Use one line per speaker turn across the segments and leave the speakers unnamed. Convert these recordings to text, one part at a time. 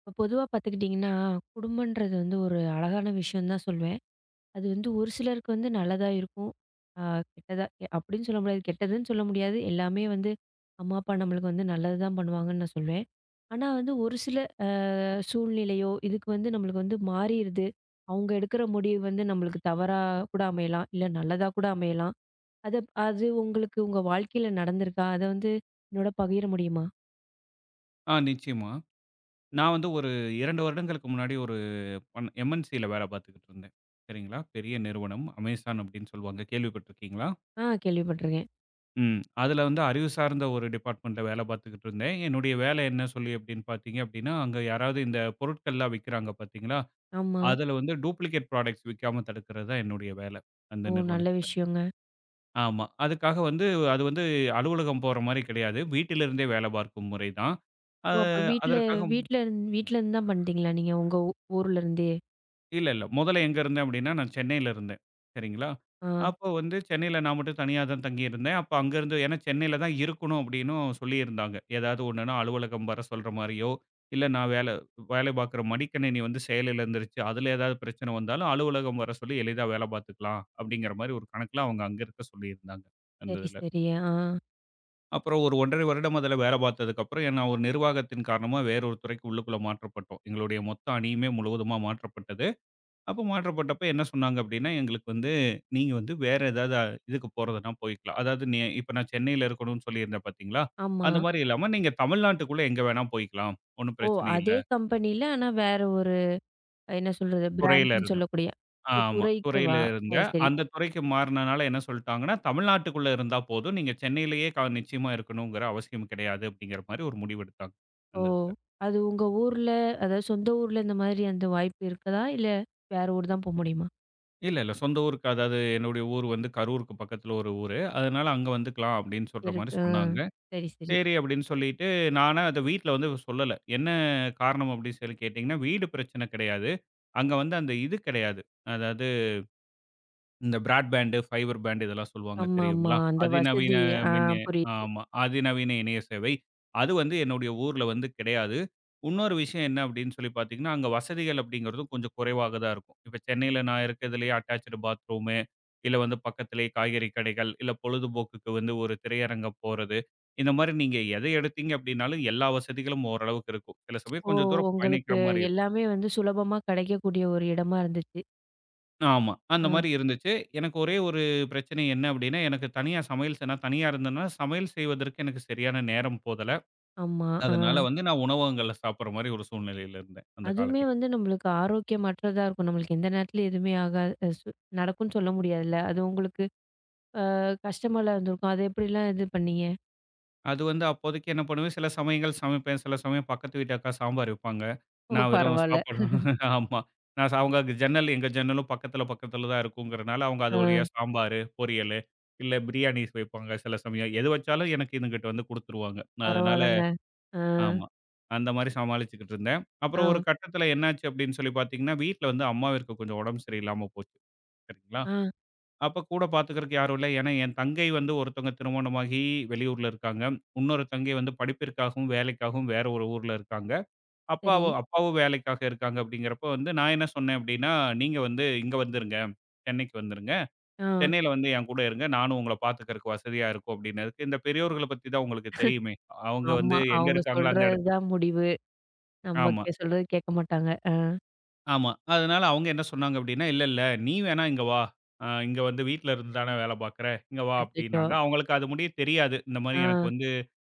இப்ப பொதுவா பார்த்துக்கிட்டிங்கன்னா, குடும்பன்றது வந்து ஒரு அழகான விஷயம் தான் சொல்வேன். அது வந்து ஒரு சிலருக்கு வந்து நல்லதா இருக்கும். ஆ, கெட்டதா அப்படின்னு சொல்ல முடியாது. கெட்டதுன்னு சொல்ல முடியாது. எல்லாமே வந்து அம்மா, அப்பா நம்மளுக்கு வந்து நல்லது தான் பண்ணுவாங்கன்னு நான் சொல்வேன். ஆனா வந்து ஒரு சில சூழ்நிலையோ, இதுக்கு வந்து நம்மளுக்கு வந்து மாறிருது. அவங்க எடுக்கிற முடிவு வந்து நம்மளுக்கு தவறா கூட அமையலாம். இல்ல நல்லதா கூட அமையலாம். அது அது உங்களுக்கு உங்க வாழ்க்கையில நடந்திருக்கா? அத வந்து என்னோட பகிர முடியுமா?
ஆ, நிச்சயமா. நான் வந்து ஒரு 2 வருடங்களுக்கு முன்னாடி ஒரு MNCல வேல பார்த்துக்கிட்டு இருந்தேன். சரிங்களா? பெரிய நிறுவனம். Amazon அப்டின்னு சொல்லுவாங்க. கேள்விப்பட்டிருக்கீங்களா?
ஆ, கேள்விப்பட்டுருக்கேன்.
ம். அதுல வந்து அறிவு சார்ந்த ஒரு டிபார்ட்மெண்ட்ல வேல பார்த்துக்கிட்டு இருந்தேன். என்னுடைய வேலை என்ன சொல்லி அப்படின்னு பார்த்தீங்க அப்படின்னா, அங்க யாராவது இந்த பொருட்கள்லாம் விக்கிறாங்க பார்த்தீங்களா?
ஆமா.
அதுல வந்து டூப்ளிகேட் ப்ராடக்ட்ஸ் விக்காம தடுக்கிறது தான் என்னுடைய வேல. அந்த
ஓ! நல்ல
நிறுவனத்துல.
விஷயங்க.
ஆமா. அதுக்காக வந்து அது வந்து அலுவலகம் போற மாரி கிடையாது. வீட்டிலிருந்தே வேல பார்க்கும் முறை தான். அ
ஓ! அப்ப வீட்ல
அதற்காக
வீட்ல இருந் வீட்ல இருந்து தான் பண்ணிட்டீங்களா நீங்க? உங்க ஊ ஊர்ல இருந்தே?
இல்ல, இல்ல. முதல்ல எங்க இருந்தேன் அப்டின்னா, நான் சென்னையில இருந்தேன். சரிங்களா?
ஆ.
அப்போ வந்து சென்னையில நான் மட்டும் தனியா தான் தங்கியிருந்தேன். அப்ப அங்கருந்து ஏன்னா சென்னையில தான் இருக்கணும் அப்டின்னும் சொல்லியிருந்தாங்க. ஏதாவது ஒண்ணுன்னா அலுவலகம் வர சொல்ற மாரியோ, இல்ல நான் வேலை பார்க்குற மடிக்கணினி வந்து செயல் இழந்துருச்சு. அதுல ஏதாவது பிரச்சனை வந்தாலும் அலுவலகம் வர சொல்லி எளிதா வேல பார்த்துக்கலாம் அப்டிங்கிற மாரி ஒரு கணக்குல அவங்க அங்க இருக்க சொல்லியிருந்தாங்க. அந்த
சரி,
இதுல.
சரி. ஆ.
அப்புறம் ஒரு 1 1/2 வருடம் அதுல வேல பார்த்ததுக்கப்புறம் நான் ஒரு நிர்வாகத்தின் காரணமா வேற ஒரு துறைக்கு உள்ளுக்குள்ள மாற்றப்பட்டோம். எங்களுடைய மொத்த அணியுமே முழுவதுமா மாற்றப்பட்டது. அப்போ மாற்றப்பட்டப்ப என்ன சொன்னாங்க அப்படின்னா, எங்களுக்கு வந்து நீங்க வந்து வேற ஏதாவது இதுக்கு போறதுன்னா போய்க்கலாம். அதாவது நீ இப்ப நான் சென்னையில இருக்கணும்னு சொல்லியிருந்தேன் பார்த்தீங்களா?
ஆமா.
அந்த மாரி இல்லாம நீங்க தமிழ்நாட்டுக்குள்ள எங்க வேணா போய்க்கலாம். ஒண்ணும்
ஓ!
பிரச்சனை இல்ல.
அதே கம்பெனில ஆனா வேற ஒரு என்ன சொல்றது?
துறையில
பிரான்ச்சுன்னு
இருந்து.
சொல்லக்கூடிய ஓ,
ஆமா. துறையில
துறைக்கேவா?
இருந்த
சரி, சரி.
அந்த துறைக்கு மாறுனனால என்ன சொல்ட்டாங்கன்னா, தமிழ்நாட்டுக்குள்ள இருந்தா போதும். நீங்க சென்னையிலேயே நிச்சயமா இருக்கணுங்கிற அவசியம் கிடையாது அப்படிங்கிற மாரி ஒரு முடிவு எடுத்தாங்க.
ஓ!
அந்த இதுல.
அது உங்க ஊர்ல, அதாவது சொந்த ஊர்ல இந்த மாதிரி அந்த வாய்ப்பு இருக்குதா? இல்ல வேற ஊர் தான் போ முடியுமா?
இல்ல, இல்ல. சொந்த ஊருக்கு அதாவது என்னுடைய ஊர் வந்து கரூருக்கு பக்கத்துல ஒரு ஊரு. அதனால அங்க வந்துக்கலாம் அப்படின்னு சொல்ற மாரி
இருக்கு. ஆ.
சொன்னாங்க.
சரி, சரி.
சரி அப்படின்னு சொல்லிட்டு, நானா அத வீட்ல வந்து சொல்லல. என்ன காரணம் அப்படின்னு சொல்லி கேட்டீங்கன்னா, வீடு பிரச்சனை கிடையாது. அங்க வந்து அந்த இது கிடையாது. அதாவது இந்த பிராட்பேண்டு, ஃபைபர் பேண்ட் இதெல்லாம் சொல்லுவாங்க
ஆமாமா.
தெரியுங்களா?
அந்த
அதிநவீன
வசதி ஆ,
மின் இ-
புரியுது.
ஆமா. அதிநவீன இணைய சேவை. அது வந்து என்னுடைய ஊர்ல வந்து கிடையாது. இன்னொரு விஷயம் என்ன அப்டின்னு சொல்லி பார்த்தீங்கன்னா, அங்க வசதிகள் அப்டிங்கிறதும் கொஞ்சம் குறைவாக தான் இருக்கும். இப்ப சென்னையில நான் இருக்கிறதுலயே அட்டாச்டு பாத்ரூமு, இல்ல வந்து பக்கத்திலேயே காய்கறி கடைகள், இல்ல பொழுதுபோக்குக்கு வந்து ஒரு திரையரங்கம் போறது. இந்த மாரி நீங்க எத எடுத்தீங்க அப்டின்னாலும் எல்லா வசதிகளும் ஓரளவுக்கு இருக்கும். சில சமயம்
ஓ!
கொஞ்சம் தூரம் பயணிக்கிற
உங்களுக்கு
மாரி இருக்கும்.
எல்லாமே வந்து சுலபமா கிடைக்கக்கூடிய ஒரு இடமா இருந்துச்சு.
ஆமா. அந்த
ஆ.
மாரி இருந்துச்சு. எனக்கு ஒரே ஒரு பிரச்சனை என்ன அப்டின்னா, எனக்கு தனியா சமையல் நான் தனியா இருந்தேன்னா, சமையல் செய்வதற்கு எனக்கு சரியான நேரம் போதல.
ஆமா. ஆ.
அதனால வந்து நான் உணவகங்கள்ல சாப்பிடுற மாரி ஒரு சூழ்நிலையில இருந்தேன், அந்த
அதுவுமே
காலகட்டம்.
வந்து நம்மளுக்கு ஆரோக்கியமற்றதா இருக்கும். நம்மளுக்கு எந்த நேரத்தில எதுவுமே ஆகாது. அ சு நடக்கும்ன்னு சொல்ல முடியாதுல்ல. அது உங்களுக்கு கஷ்டமால இருந்திருக்கும். அத எப்படிலாம் இது பண்ணீங்க?
அது வந்து அப்போதைக்கு என்ன பண்ணுவேன், சில சமயங்கள் சமைப்பேன், சில சமயம் பக்கத்து வீட்டு அக்கா சாம்பார் வைப்பாங்க.
ஓ!
நான் வெறும்
பரவால்ல.
சாப்பாடு ஆமா. நான் அவங்க ஜன்னல் எங்க ஜன்னலும் பக்கத்துல பக்கத்துல தான் இருக்குங்கிறனால, அவங்க அது
ஆ,
வழியா சாம்பாரு, பொரியலு, இல்ல பிரியாணிஸ் வைப்பாங்க சில சமயம். எது வச்சாலும் எனக்கு இதுங்கிட்ட வந்து குடுத்துருவாங்க. அதனால
பரவால்லங்க. ஆ,
ஆமா. அந்த மாரி சமாளிச்சுக்கிட்டு இருந்தேன்.
ஆ,
அப்புறம் ஒரு கட்டத்தில என்னாச்சு அப்படின்னு சொல்லி பார்த்தீங்கன்னா, வீட்ல வந்து அம்மாவிற்கு கொஞ்சம் உடம்பு சரியில்லாம போச்சு. சரிங்களா?
ஆ,
அப்ப கூட பார்த்துக்கிறதுக்கு யாரும் இல்ல. ஏன்னா, என் தங்கை வந்து ஒருத்தவங்க திருமணமாகி வெளியூர்ல இருக்காங்க. இன்னொரு தங்கை வந்து படிப்பிற்காகவும், வேலைக்காகவும் வேற ஒரு ஊர்ல இருக்காங்க.
சரி.
அப்பாவும் அப்பாவும் வேலைக்காக இருக்காங்க அப்படிங்கிறப்ப வந்து நான் என்ன சொன்னேன் அப்படின்னா, "நீங்க வந்து இங்க வந்துருங்க. சென்னைக்கு வந்துருங்க.
ஆ,
சென்னையில வந்து என் கூட இருங்க. நானும் உங்கள பார்த்துக்கிறதுக்கு வசதியா இருக்கும்" அப்படின்னதுக்கு, "இந்த பெரியோர்கள பத்தி தான் உங்களுக்கு தெரியுமே. அவங்க வந்து
ஆமா.
எங்க
அவங்க
இருக்காங்களோ அந்த
சொல்றது
இடத்து".
தான் முடிவு. நம்ம
ஆமா.
கே சொல்றது கேட்க மாட்டாங்க. ஆ,
ஆமா. அதனால அவங்க என்ன சொன்னாங்க அப்டின்னா, "இல்ல, இல்ல நீ வேணா இங்க வா. இங்க வந்து வீட்ல இருந்து தானே வேல பார்க்குற. இங்க வா"
அச்சச்சோ!
அப்டின்னாங்க. அவங்களுக்கு அது முடிய தெரியாது. இந்த மாரி
ஆ,
எனக்கு வந்து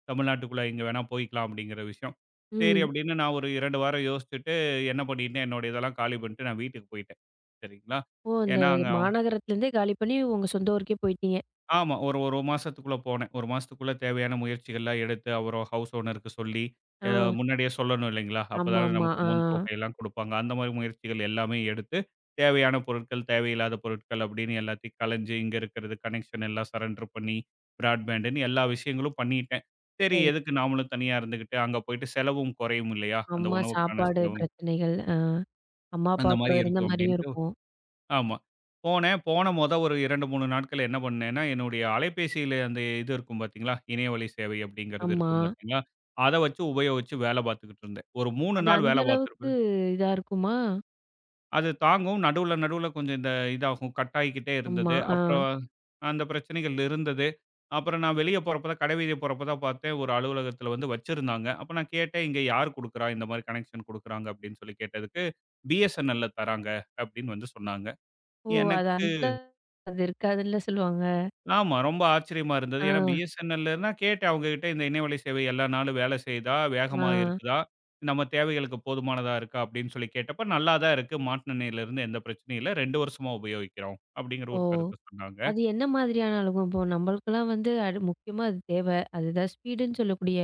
தமிழ்நாட்டுக்குள்ள இங்க வேணா போய்க்கலாம் அப்டிங்கிற விஷயம். சரி
ம்.
அப்டின்னு நான் ஒரு 2 வாரம் யோசிச்சுட்டு என்ன பண்ணிட்டேன், என்னோட இதெல்லாம் காலி பண்ணிட்டு நான் வீட்டுக்கு போயிட்டேன். சரிங்களா.
ஓ! அந்த
ஏன்னா, அங்க
மாநகரத்துலேருந்தே காலி பண்ணி உங்க சொந்த ஊருக்கே போயிட்டீங்க.
ஆமா. ஒரு மாசத்துக்குள்ள போனேன். 1 மாசத்துக்குள்ள தேவையான முயற்சிகள்லாம் எடுத்து, அவரு ஹவுஸ் ஓனருக்கு சொல்லி,
ஆ,
அ முன்னாடியே சொல்லணும் இல்லைங்களா? அப்பதானே
ஆமாமா.
நமக்கு
ஆ,
முன் தொகையெல்லாம் குடுப்பாங்க. அந்த மாரி முயற்சிகள் எல்லாமே எடுத்து, தேவையான பொருட்கள், தேவையில்லாத பொருட்கள் அப்படின்னு எல்லாத்தையும் கலஞ்சு, இங்க இருக்கிறது கனெக்ஷன் எல்லாம் சரண்டர் பண்ணி, பிராட்பேண்டுன்னு எல்லா விஷயங்களும் பண்ணிட்டேன். சரி
சரி.
எதுக்கு நாமளும் தனியா இருந்துகிட்டு, அங்க போயிட்டு செலவும் குறையும் இல்லையா? அந்த
அம்மா
உணவுக்கான
சாப்பாடு
செலவும்,
பிரச்சனைகள். ஆ. அம்மா,
அந்த
அப்பா கூட
மாரி
இருந்த
இருக்கும்
மாரியும்
அப்படின்ட்டு
இருக்கும்.
ஆமா. போனேன். போன மொத ஒரு 2, 3 நாட்கள் என்ன பண்ணேன்னா, என்னுடைய அலைபேசியில அந்த இது இருக்கும் பார்த்தீங்களா? இணையவழி சேவை அப்படிங்கிறது
ஆமா.
இருக்கும் பார்த்தீங்களா? அத வச்சு உபயோகிச்சு வேல பார்த்துக்கிட்டு இருந்தேன். ஒரு 3
அது
நாள்
அந்த
வேல
அளவுக்கு
பார்த்துருப்பேன்.
இதா இருக்குமா?
அது தாங்கும். நடுவுல நடுவுல கொஞ்சம் இந்த இதாகும். கட் ஆகிக்கிட்டே
ஆமா.
இருந்தது.
ஆ.
அப்புறம் அந்த பிரச்சனைகள் இருந்தது. அப்புறம் நான் வெளிய போறப்ப தான் கடைவீதி போறப்ப தான் பார்த்தேன். ஒரு அலுவலகத்தில வந்து வச்சிருந்தாங்க. அப்ப நான் கேட்டேன், "இங்க யார் குடுக்குறா? இந்த மாரி கனெக்ஷன் குடுக்குறாங்க?" அப்படின்னு சொல்லி கேட்டதுக்கு, "BSNLல தராங்க" அப்படின்னு வந்து சொன்னாங்க.
ஓ! அது
எனக்கு
அந்த அது இருக்காதுல்ல சொல்லுவாங்க.
ஆமா. ரொம்ப ஆச்சரியமா இருந்தது.
ஆ,
ஏன்னா BSNLன்னா கேட்டேன் அவங்ககிட்ட இந்த இணையவழி சேவை எல்லா நாளும் வேலை செய்யுதா?
ஆ.
வேகமா இருக்குதா? நம்ம தேவைகளுக்கு போதுமானதா இருக்கா? அப்படின்னு சொல்லி கேட்டப்ப, "நல்லா தான் இருக்கு. மாட்டுனணையிலிருந்து எந்த பிரச்சனையும் இல்ல. 2 வருஷமா உபயோகிக்கிறோம்." அப்படிங்கிற
ஓ!
ஒரு கருத்த சொன்னாங்க.
அது என்ன மாதிரியான அலுவம்? இப்போ நம்மளுக்கெல்லாம் வந்து அது முக்கியமா அது தேவ. அதுதான் ஸ்பீடுன்னு சொல்லக்கூடிய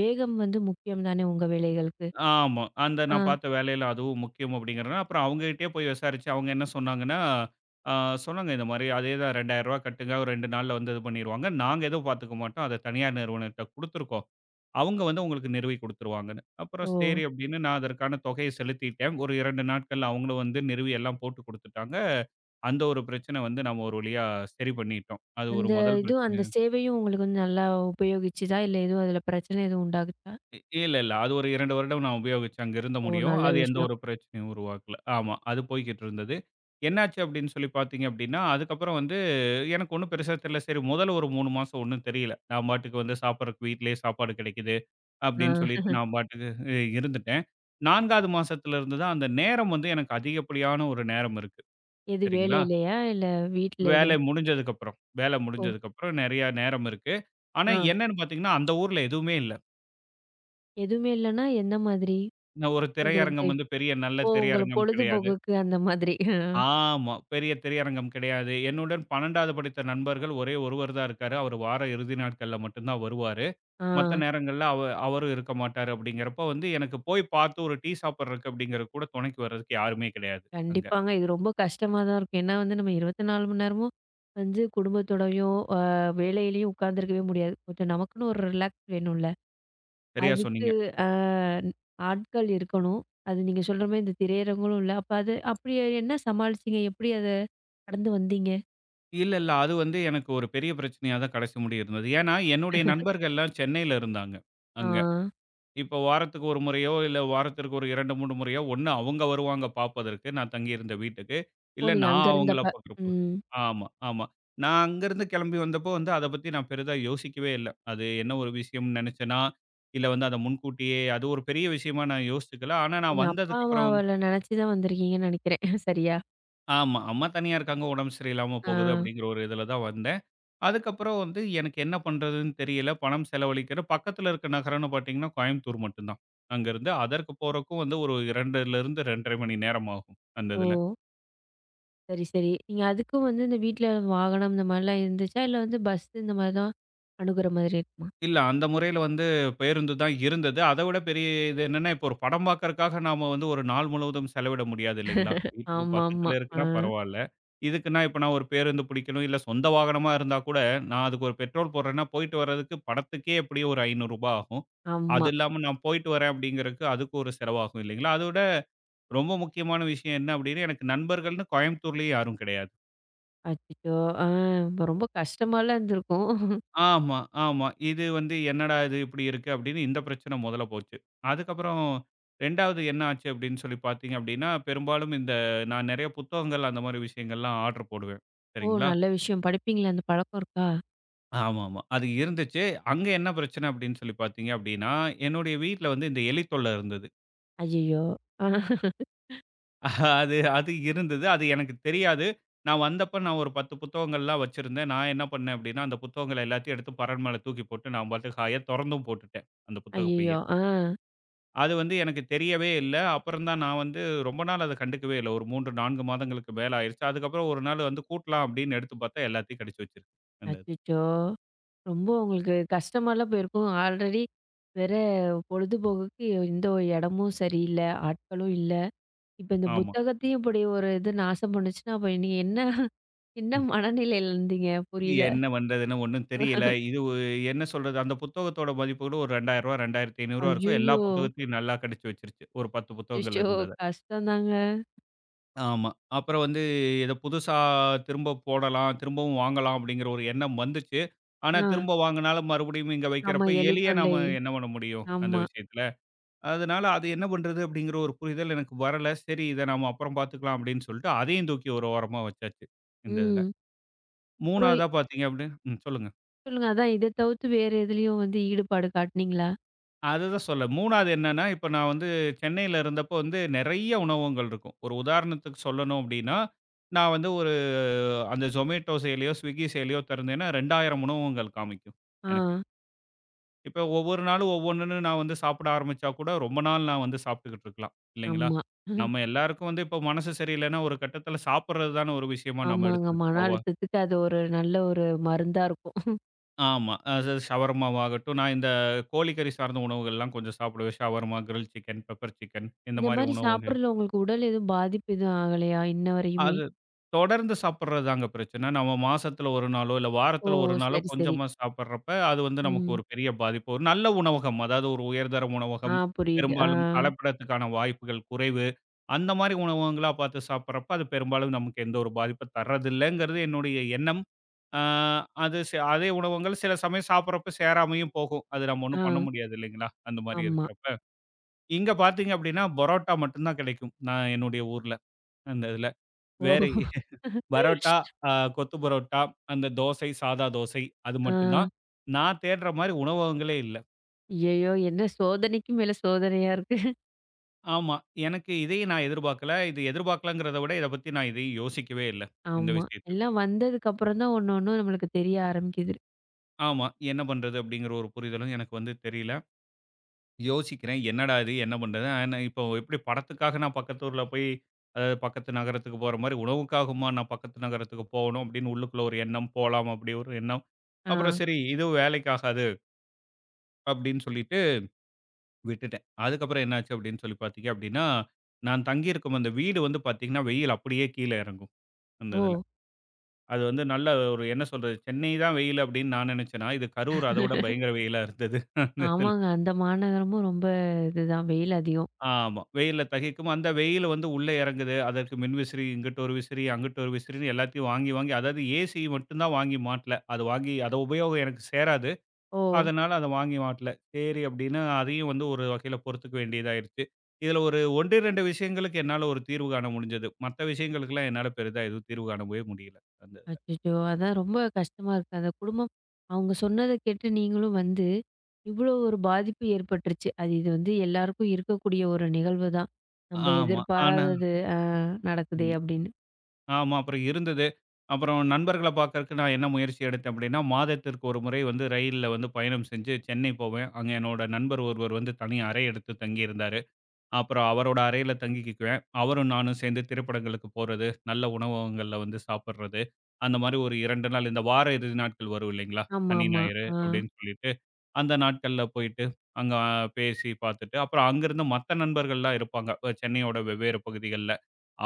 வேகம் வந்து முக்கியம் தானே உங்க வேலைகளுக்கு.
ஆமா. அந்த
ஆ.
நான் பார்த்த வேலையில அதுவும் முக்கியம் அப்படிங்கிறனால, அப்புறம் அவங்ககிட்டயே போய் விசாரிச்சு அவங்க என்ன சொன்னாங்கன்னா, ஆ சொன்னாங்க இந்த மாரி அதே தான் "ரூ. 2000 கட்டுங்க. ஒரு 2 நாள்ல வந்து இது பண்ணிருவாங்க. நாங்க எதுவும் பார்த்துக்க மாட்டோம். அத தனியார் நிறுவனத்த குடுத்துருக்கோம். அவங்க வந்து உங்களுக்கு நிறுவி குடுத்துருவாங்கன்னு. அப்புறம்
ஓ!
சரி அப்படின்னு நான் அதற்கான தொகைய செலுத்திட்டேன். ஒரு 2 நாட்கள்ல அவங்களும் வந்து நிறுவி எல்லாம் போட்டு குடுத்துட்டாங்க. அந்த ஒரு பிரச்சனை வந்து நம்ம ஒரு வழியா சரி பண்ணிட்டோம். அது ஒரு
அந்த
முதல்
இதுவும்
பிரச்சனை.
அந்த சேவையும் உங்களுக்கு வந்து நல்லா உபயோகிச்சுதா? இல்ல எதுவும் அதுல பிரச்சனை எதுவும் உண்டாகுச்சா?
இ இல்ல, இல்ல. அது ஒரு 2 வருடம் நான் உபயோகிச்சு அங்க இருந்த
ஓ!
முடியும்.
நல்ல
அது எந்த
விஷயம்.
ஒரு பிரச்சனையும் உருவாக்கல. ஆமா. அது போய்க்கிட்டு இருந்தது. என்னாச்சு அப்படின்னு சொல்லி பார்த்தீங்க அப்படின்னா, அதுக்கப்புறம் வந்து எனக்கு ஒண்ணும் பெருசா தெரியல. சரி முதல்ல ஒரு 3 மாசம் ஒண்ணும் தெரியல. நான் பாட்டுக்கு வந்து சாப்பிடறக்கு வீட்டிலேயே சாப்பாடு கிடைக்குது.
ஆ.
அப்படின்னு சொல்லிட்டு நான் பாட்டுக்கு இருந்துட்டேன். 4-வது மாசத்துல இருந்து தான் அந்த நேரம் வந்து எனக்கு அதிகப்படியான ஒரு நேரம் இருக்கு.
எது
சரிங்களா?
வேலையிலயா? இல்ல வீட்ல
வேலை
எதுவும்?
முடிஞ்சதுக்கப்புறம் வேலை
ஓ!
முடிஞ்சதுக்கப்புறம் நெறைய நேரம் இருக்கு. ஆனா
ஆ.
என்னன்னு பார்த்தீங்கன்னா, அந்த ஊர்ல எதுவுமே இல்ல.
எதுவுமே இல்லன்னா, எந்த மாதிரி?
ஒரு
உங்களுக்கு தெ
திரையரங்கம் வந்து பெரிய நல்ல
ஓ! உங்கள
திரையரங்கம் கிடையாது.
பொழுதுபோக்குக்கு அந்த மாதிரி. அ,
ஆமா. பெரிய திரையரங்கம் கிடையாது. என்னுடன் 12-வது படித்த நண்பர்கள் ஒரே ஒருவர் தான் இருக்காரு. அவரு வார இறுதி நாட்கள்ல மட்டும் தான் வருவாரு.
ஆ,
மத்த நேரங்கள்ல அவரும் இருக்க மாட்டாரு அப்படிங்கிறப்ப வந்து எனக்கு போய் பார்த்து ஒரு டீ சாப்பிடுறதுக்கு அப்படிங்கிறது கூட துணைக்கு வர்றதுக்கு யாருமே கிடையாது அங்க.
கண்டிப்பாங்க. இது ரொம்ப கஷ்டமா தான் இருக்கும். ஏன்னா வந்து நம்ம 24 மணி நேரமும் வந்து குடும்பத்தோடயும், வேலையிலயும் உட்காந்துருக்கவே முடியாது. கொஞ்சம் நமக்குன்னு ஒரு ரிலாக்ஸ் வேணும்ல.
சரியா
அதுக்கு
சொன்னீங்க.
அ ஆட்கள் இருக்கணும். அது நீங்க சொல்ற மாரி இந்த திரையரங்களும் இல்ல. அப்ப அது அப்படி என்ன சமாளிச்சீங்க? எப்படி அத கடந்து வந்தீங்க?
இல்ல, இல்ல. அது வந்து எனக்கு ஒரு பெரிய பிரச்சனையா தான் கடைசி முடிய இருந்தது. ஏன்னா, என்னுடைய நண்பர்கள்லாம் சென்னையில இருந்தாங்க,
ஆ.
அங்க. இப்போ வாரத்துக்கு 1 முறையோ, இல்ல வாரத்திற்கு ஒரு 2, 3 முறையோ, ஒண்ணு அவங்க வருவாங்க பார்ப்பதற்கு, நான் தங்கியிருந்த வீட்டுக்கு.
ஓ!
இல்ல
நீங்க அங்க
நான் அவங்கள
இருந்தப்ப.
பார்க்குறப்போ
ம்.
ஆமா, ஆமா. நான் அங்கருந்து கிளம்பி வந்தப்போ வந்து அத பத்தி நான் பெரிதா யோசிக்கவே இல்ல. அது என்ன ஒரு விஷயம்னு நினைச்சேனா, இல்ல வந்து அத முன்கூட்டியே அது ஒரு பெரிய விஷயமா நான் யோசிச்சுக்கல. ஆனா நான்
நீங்க அப்பா,
வந்ததுக்கப்புறம் வந்து
அம்மாவல நெனச்சு தான் வந்திருக்கீங்கன்னு நெனைக்கிறேன். சரியா?
ஆமா. அம்மா தனியா இருக்காங்க, உடம்பு சரியில்லாம
ஆ.
போகுது அப்படிங்கிற ஒரு இதில தான் வந்தேன். அதுக்கப்புறம் வந்து எனக்கு என்ன பண்றதுன்னு தெரியல. பணம் செலவழிக்கிற பக்கத்துல இருக்க நகரம்னு பார்த்தீங்கன்னா, கோயம்புத்தூர் மட்டும் தான். அங்கருந்து அதற்கு போறக்கும் வந்து ஒரு 2லிருந்து 2 1/2 மணி நேரம் ஆகும், அந்த
ஓ!
இதுல.
சரி, சரி. நீங்க அதுக்கும் வந்து இந்த வீட்ல வாகனம் இந்த மாரிலாம் இருந்துச்சா? இல்ல வந்து பஸ் இந்த மாரி தான் அணுகுற மாதிரி இருக்குமா?
இல்ல. அந்த முறையில வந்து பேருந்து தான் இருந்தது. அத விட பெரிய இது என்னன்னா, இப்போ ஒரு படம் பார்க்கறக்காக நாம வந்து ஒரு நாள் முழுவதும் செலவிட முடியாது இல்லைங்களா? வீட்டுக்கு
ஆமாமா.
பக்கத்துல
ஆ,
இருக்குன்னா பரவால்ல. இதுக்குன்னா இப்ப நான் ஒரு பேருந்து பிடிக்கணும், இல்ல சொந்த வாகனமா இருந்தா கூட, நான் அதுக்கு ஒரு பெட்ரோல் போடுறேன்னா, போயிட்டு வர்றதுக்கு படத்துக்கே எப்படியும் ஒரு ரூ. 500 ஆகும். அது
ஆமா.
இல்லாம நான் போயிட்டு வரேன் அப்படிங்கிறதுக்கு அதுக்கு ஒரு செலவாகும் இல்லைங்களா? அதோட ரொம்ப முக்கியமான விஷயம் என்ன அப்படின்னா, எனக்கு நண்பர்கள்ன்னு கோயம்புத்தூர்லயே யாரும் கிடையாது.
அச்சச்சோ! ஆ, இப்ப ரொம்ப கஷ்டமாலாம் இருந்திருக்கும்.
ஆமா, ஆமா. இது வந்து என்னடா இது இப்படி இருக்கு அப்படின்னு இந்த பிரச்சனை முதல்ல போச்சு. அதுக்கப்புறம் 2-வது என்ன ஆச்சு அப்படின்னு சொல்லி பார்த்தீங்க அப்படின்னா, பெரும்பாலும் இந்த நான் நிறைய புத்தகங்கள் அந்த மாதிரி விஷயங்கள்லாம் ஆர்டர் போடுவேன்.
ஓ!
சரிங்களா?
நல்ல விஷயம். படிப்பீங்களா? அந்த பழக்கம் இருக்கா?
ஆமாமா. அது இருந்துச்சு. அங்க என்ன பிரச்சனை அப்படின்னு சொல்லி பார்த்தீங்க அப்படின்னா, என்னுடைய வீட்ல வந்து இந்த எலி தொல்லை இருந்தது.
ஐயய்யோ!
அது அது இருந்தது. அது எனக்கு தெரியாது. நான் வந்தப்ப நான் ஒரு 10 புத்தகங்கள்லாம் வச்சிருந்தேன். நான் என்ன பண்ணேன் அப்படின்னா, அந்த புத்தகங்கள் எல்லாத்தையும் எடுத்து பரண் மேல தூக்கி போட்டு நான் பாட்டுக்கு ஹாயா தொறந்தும் போட்டுட்டேன் அந்த புத்தக பைய.
ஐயய்யோ! ஆ.
அது வந்து எனக்கு தெரியவே இல்ல. அப்புறம் தான் நான் வந்து ரொம்ப நாள் அத கண்டுக்கவே இல்ல. ஒரு 3, 4 மாதங்களுக்கு மேல ஆயிருச்சு. அதுக்கப்புறம் ஒரு நாள் வந்து கூட்டலாம் அப்படின்னு எடுத்து பார்த்தா எல்லாத்தையும் கடிச்சு வச்சிருக்கு. அந்த இது.
அச்சச்சோ! ரொம்ப உங்களுக்கு கஷ்டமாலாம் போயிருக்கும். ஆல்ரெடி வேற பொழுதுபோக்குக்கு எந்த ஒரு இடமும் சரியில்ல, ஆட்களும் இல்ல. இப்ப இந்த
ஆமா.
புத்தகத்தையும் இப்படி ஒரு இது நாசம் பண்ணுச்சுன்னா, அப்ப நீங்க என்ன என்ன மனநிலையில இருந்தீங்க? புரியல.
என்ன பண்றதுன்னு ஒண்ணும் தெரியல. இது ஒ என்ன சொல்றது? அந்த புத்தகத்தோட மதிப்பு கூட ஒரு ரூ. 2000 ரூ. 2500 இருக்கும். எல்லா
ஐய்யய்யோ!
புத்தகத்தையும் நல்லா கடிச்சு வச்சிருச்சு. ஒரு 10
அச்சோ!
புத்தகங்கள் இருந்தத.
கஷ்டம்தாங்க.
ஆமா. அப்புறம் வந்து இத புதுசா திரும்ப போடலாம், திரும்பவும் வாங்கலாம் அப்படிங்கிற ஒரு எண்ணம் வந்துச்சு. ஆனா
ஆ.
திரும்ப வாங்குனாலும் மறுபடியும் இங்க
ஆமா.
வைக்கிறப்ப
எலி
எலிய
தொல்லை.
நாம என்ன பண்ண முடியும்? அந்த
ஆமா.
விஷயத்துல. அதனால அது என்ன பண்றது அப்படிங்கிற ஒரு புரிதல் எனக்கு வரல. சரி இத நாம அப்புறம் பார்த்துக்கலாம் அப்படின்னு சொல்லிட்டு அதையும் தூக்கி ஒரு ஓரமா வச்சாச்சு இந்த இதுல.
ம். அப்புறம்
3-வதா பார்த்தீங்க அப்படின்னா ம் சொல்லுங்க.
சொல்லுங்க. அதான் இத தவிர்த்து வேற எதுலயும் வந்து ஈடுபாடு காட்டுனீங்களா?
அதுதான் சொல்ல 3-வது என்னன்னா, இப்ப நான் வந்து சென்னையில இருந்தப்போ வந்து நெறைய உணவகங்கள் இருக்கும். ஒரு உதாரணத்துக்கு சொல்லணும் அப்படின்னா, நான் வந்து ஒரு அந்த Zomato செயலியோ, Swiggy செயலியோ திறந்தேன்னா 2000 உணவகங்கள் காமிக்கும்
ஆ.
எனக்கு. இப்ப ஒவ்வொரு நாளும் ஒவ்வொன்னு நான் வந்து சாப்பிட ஆரம்பிச்சா கூட ரொம்ப நாள் நான் வந்து சாப்பிட்டுக்கிட்டு இருக்கலாம் இல்லைங்களா?
ஆமா. ம்.
நம்ம எல்லாருக்கும் வந்து இப்போ மனசு சரியில்லைன்னா ஒரு கட்டத்தில சாப்பிடுறது தான ஒரு விஷயமா நம்ம
ஆமாங்க.
எடுத்துக்கிட்டு
மன
போவோம்.
அழுத்தத்துக்கு அது ஒரு நல்ல ஒரு மருந்தா இருக்கும்.
ஆமா. அது ஷவர்மாவாகட்டும், நான் இந்த கோழிக்கறி சார்ந்த உணவுகள்லாம் கொஞ்சம் சாப்பிடுவேன். Shawarma, grill chicken, pepper chicken இந்த
இந்த
மாரி
மாரி
உணவு
சாப்பிடுறதுல உங்களுக்கு உடல் எதுவும் பாதிப்பு எதுவும் ஆகலையா? இன்ன வரையுமே?
அது தொடர்ந்து சாப்பிடுறது தாங்க பிரச்சனை. நம்ம மாசத்துல 1 நாளோ, இல்ல
ஓ!
வாரத்துல 1 நாளோ
சரி, சரி.
கொஞ்சமா சாப்பிடுறப்ப, அது வந்து நமக்கு
ம்.
ஒரு பெரிய பாதிப்பு. ஒரு நல்ல உணவகம், அதாவது ஒரு உயர்தர
ஆ,
உணவகம்,
புரியுது. ஆ.
பெரும்பாலும் கலப்படத்துக்கான வாய்ப்புகள் குறைவு. அந்த மாரி உணவகங்களா பார்த்து சாப்பிடுறப்ப, அது பெரும்பாலும் நமக்கு எந்த ஒரு பாதிப்பும் தர்றதில்லைங்கிறது என்னுடைய எண்ணம். ஆ அது அதே உணவகங்கள் சில சமயம் சாப்பிடுறப்ப சேராமையும் போகும். அது நம்ம ஒண்ணும்
ஆ.
பண்ண முடியாது இல்லைங்களா? அந்த மாரி
ஆமா.
இருக்கிறப்ப. இங்க பார்த்தீங்க அப்படின்னா, பரோட்டா மட்டும் தான் கிடைக்கும். நான் என்னுடைய ஊர்ல, அந்த இதுல.
ஓ!
வேற பரோட்டா, அ கொத்து பரோட்டா, அந்த தோசை, சாதா தோசை அது
ஆ.
மட்டும் தான். நான் தேடுற மாரி உணவகங்களே இல்ல.
ஐயய்யோ! என்ன சோதனைக்கு மேல சோதனையா இருக்கு.
ஆமா. எனக்கு இதையும் நான் எதிர்பார்க்கல. இது எதிர்பார்க்கலங்கிறத விட இத பத்தி நான் இதையும் யோசிக்கவே இல்ல. இந்த
ஆமா.
விஷயத்த.
எல்லாம் வந்ததுக்கு அப்புறம் தான் ஒண்ணும் நம்மளுக்கு தெரிய ஆரம்பிக்குது.
ஆமா. என்ன பண்றது அப்படிங்கிற ஒரு புரிதலும் எனக்கு வந்து தெரியல. யோசிக்கிறேன். என்னடா இது என்ன பண்றது? ஆனா இப்போ எப்படி படத்துக்காக நான் பக்கத்து ஊர்ல போய் அதாவது பக்கத்து நகரத்துக்கு போற மாரி உணவுக்காகுமா நான் பக்கத்து நகரத்துக்கு போகணும் அப்படின்னு உள்ளுக்குள்ள ஒரு எண்ணம், போலாம் அப்படி ஒரு எண்ணம்.
ஆ.
அப்புறம் சரி இதுவும் வேலைக்கு ஆகாது அப்படின்னு சொல்லிட்டு விட்டுட்டேன். அதுக்கப்புறம் என்னாச்சு அப்படின்னு சொல்லி பார்த்தீங்க அப்படின்னா, நான் தங்கியிருக்கும் அந்த வீடு வந்து பார்த்தீங்கன்னா, வெயில் அப்படியே கீழ இறங்கும் அந்த
ஓ!
இதுல. அது வந்து நல்ல ஒரு என்ன சொல்றது, சென்னை தான் வெயில் அப்படின்னு நான் நினைச்சேனா, இது கரூர் அத விட பயங்கர வெயிலா இருந்தது அந்த இதுல.
ஆமாங்க. அந்த மாநகரமும் ரொம்ப இதுதான் வெயில் அதிகம்.
ஆமா. வெயில்ல தகிக்கும். அந்த வெயில் வந்து உள்ள இறங்குது. அதற்கு மின்விசிறி இங்கிட்டு ஒரு விசிறி, அங்கிட்டு ஒரு விசிறின்னு எல்லாத்தையும் வாங்கி, வாங்கி அதாவது ஏசி மட்டும் தான் வாங்கி மாட்டல. அது வாங்கி அத உபயோகம் எனக்கு சேராது.
ஓ!
அதனால அத வாங்கி மாட்டல. சரி அப்டின்னு அதையும் வந்து ஒரு வகையில பொறுத்துக்க வேண்டியதாயிருச்சு. இதுல ஒரு 1, 2 விஷயங்களுக்கு என்னால ஒரு தீர்வு காண முடிஞ்சது. மத்த விஷயங்களுக்கெல்லாம் என்னால பெரிதா எதுவும் தீர்வு காணவே முடியல. அந்த இதுல.
அச்சச்சோ! அதான் ரொம்ப கஷ்டமா இருக்கு. அந்த குடும்பம் அவங்க சொன்னத கேட்டு நீங்களும் வந்து, இவ்வளோ ஒரு பாதிப்பு ஏற்பட்டுருச்சு. அது இது வந்து எல்லாருக்கும் இருக்கக்கூடிய ஒரு நிகழ்வு தான். நம்ம
ஆமா. ஆனா
எதிர்பாராதது ஆ, நடக்குதே!
ம்.
அப்படின்னு.
ஆமா. அப்புறம் இருந்தது. அப்புறம் நண்பர்கள பார்க்கறக்கு நான் என்ன முயற்சி எடுத்தேன் அப்டின்னா, மாதத்திற்கு ஒரு முறை வந்து ரயில்ல வந்து பயணம் செஞ்சு சென்னை போவேன். அங்க என்னோட நண்பர் ஒருவர் வந்து தனி அறை எடுத்து தங்கியிருந்தாரு. அப்புறம் அவரோட அறையில தங்கிக்குவேன். அவரும் நானும் சேர்ந்து திரைப்படங்களுக்கு போறது, நல்ல உணவகங்கள்ல வந்து சாப்பிடுறது. அந்த மாரி ஒரு 2 நாள் இந்த வார இறுதி நாட்கள் வரும் இல்லைங்களா? சனி,
ஆமாமா.
ஞாயிறு
ஆ.
அப்படின்னு சொல்லிட்டு, அந்த நாட்கள்ல போயிட்டு அங்க பேசி பார்த்துட்டு, அப்புறம் அங்கிருந்து மத்த நண்பர்கள்லாம் இருப்பாங்க. சென்னையோட வெவ்வேறு பகுதிகள்ல.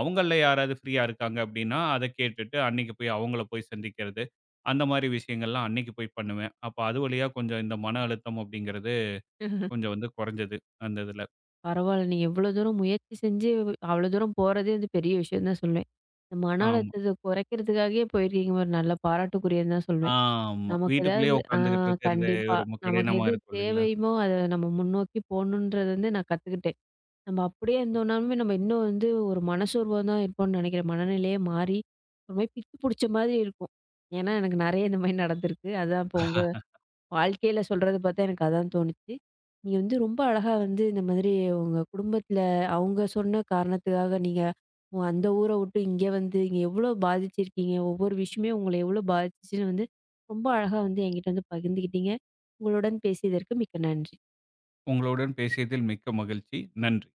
அவங்கள்ல யாராவது ஃப்ரீயா இருக்காங்க அப்படின்னா, அத கேட்டுட்டு அன்னைக்கு போய் அவங்கள போய் சந்திக்கிறது. அந்த மாரி விஷயங்கள்லாம் அன்னைக்கு போய் பண்ணுவேன். அப்ப அது வழியா கொஞ்சம் இந்த மன அழுத்தம் அப்படிங்கிறது கொஞ்சம் வந்து குறைஞ்சது அந்த இதுல.
பரவால்ல. நீங்க எவ்வளோ தூரம் முயற்சி செஞ்சு, அவ்வளோ தூரம் போறதே வந்து பெரிய விஷயம் தான் சொல்வேன். இந்த மன
ஆமா.
அழுத்தத்த குறைக்கிறதுக்காகவே போயிருக்கீங்க பாரு. நல்ல பாராட்டுக்குரியதுன்னு தான் சொல்வேன்.
ஆமா.
நமக்கு
வீட்டுக்குள்ளேயே
ஏதாவது ஆ,
உட்கார்ந்துகிட்டு இருக்கிறது
கண்டிப்பா.
ரொம்ப
நமக்கு
கடினமா
எது
இருக்கும் இல்லைங்களா?
தேவையுமோ, அத நம்ம முன்னோக்கி போகணுன்றது வந்து நான் கத்துக்கிட்டேன். நம்ம அப்படியே இருந்தோம்னாலுமே நம்ம இன்னும் வந்து ஒரு மனசோர்வா தான் இருப்போம்னு நெனைக்கிறேன். மனநிலையே மாறி, ஒரு மாரி பித்து புடிச்ச மாதிரி இருக்கும். ஏன்னா எனக்கு நெறைய இந்த மாரி நடந்திருக்கு. அதான் இப்போ உங்க வாழ்க்கையில சொல்றது பார்த்தா எனக்கு அதான் தோணுச்சு. நீங்க வந்து ரொம்ப அழகா வந்து இந்த மாதிரி உங்க குடும்பத்துல அவங்க சொன்ன காரணத்துக்காக நீங்க அந்த ஊர விட்டு இங்க வந்து இங்க எவ்வளோ பாதிச்சிருக்கீங்க? ஒவ்வொரு விஷயமே உங்கள எவ்வளோ பாதிச்சுச்சுன்னு வந்து ரொம்ப அழகா வந்து என்கிட்ட வந்து பகிர்ந்துக்கிட்டீங்க. உங்களுடன் பேசியதற்கு மிக்க நன்றி.
உங்களுடன் பேசியதில் மிக்க மகிழ்ச்சி. நன்றி.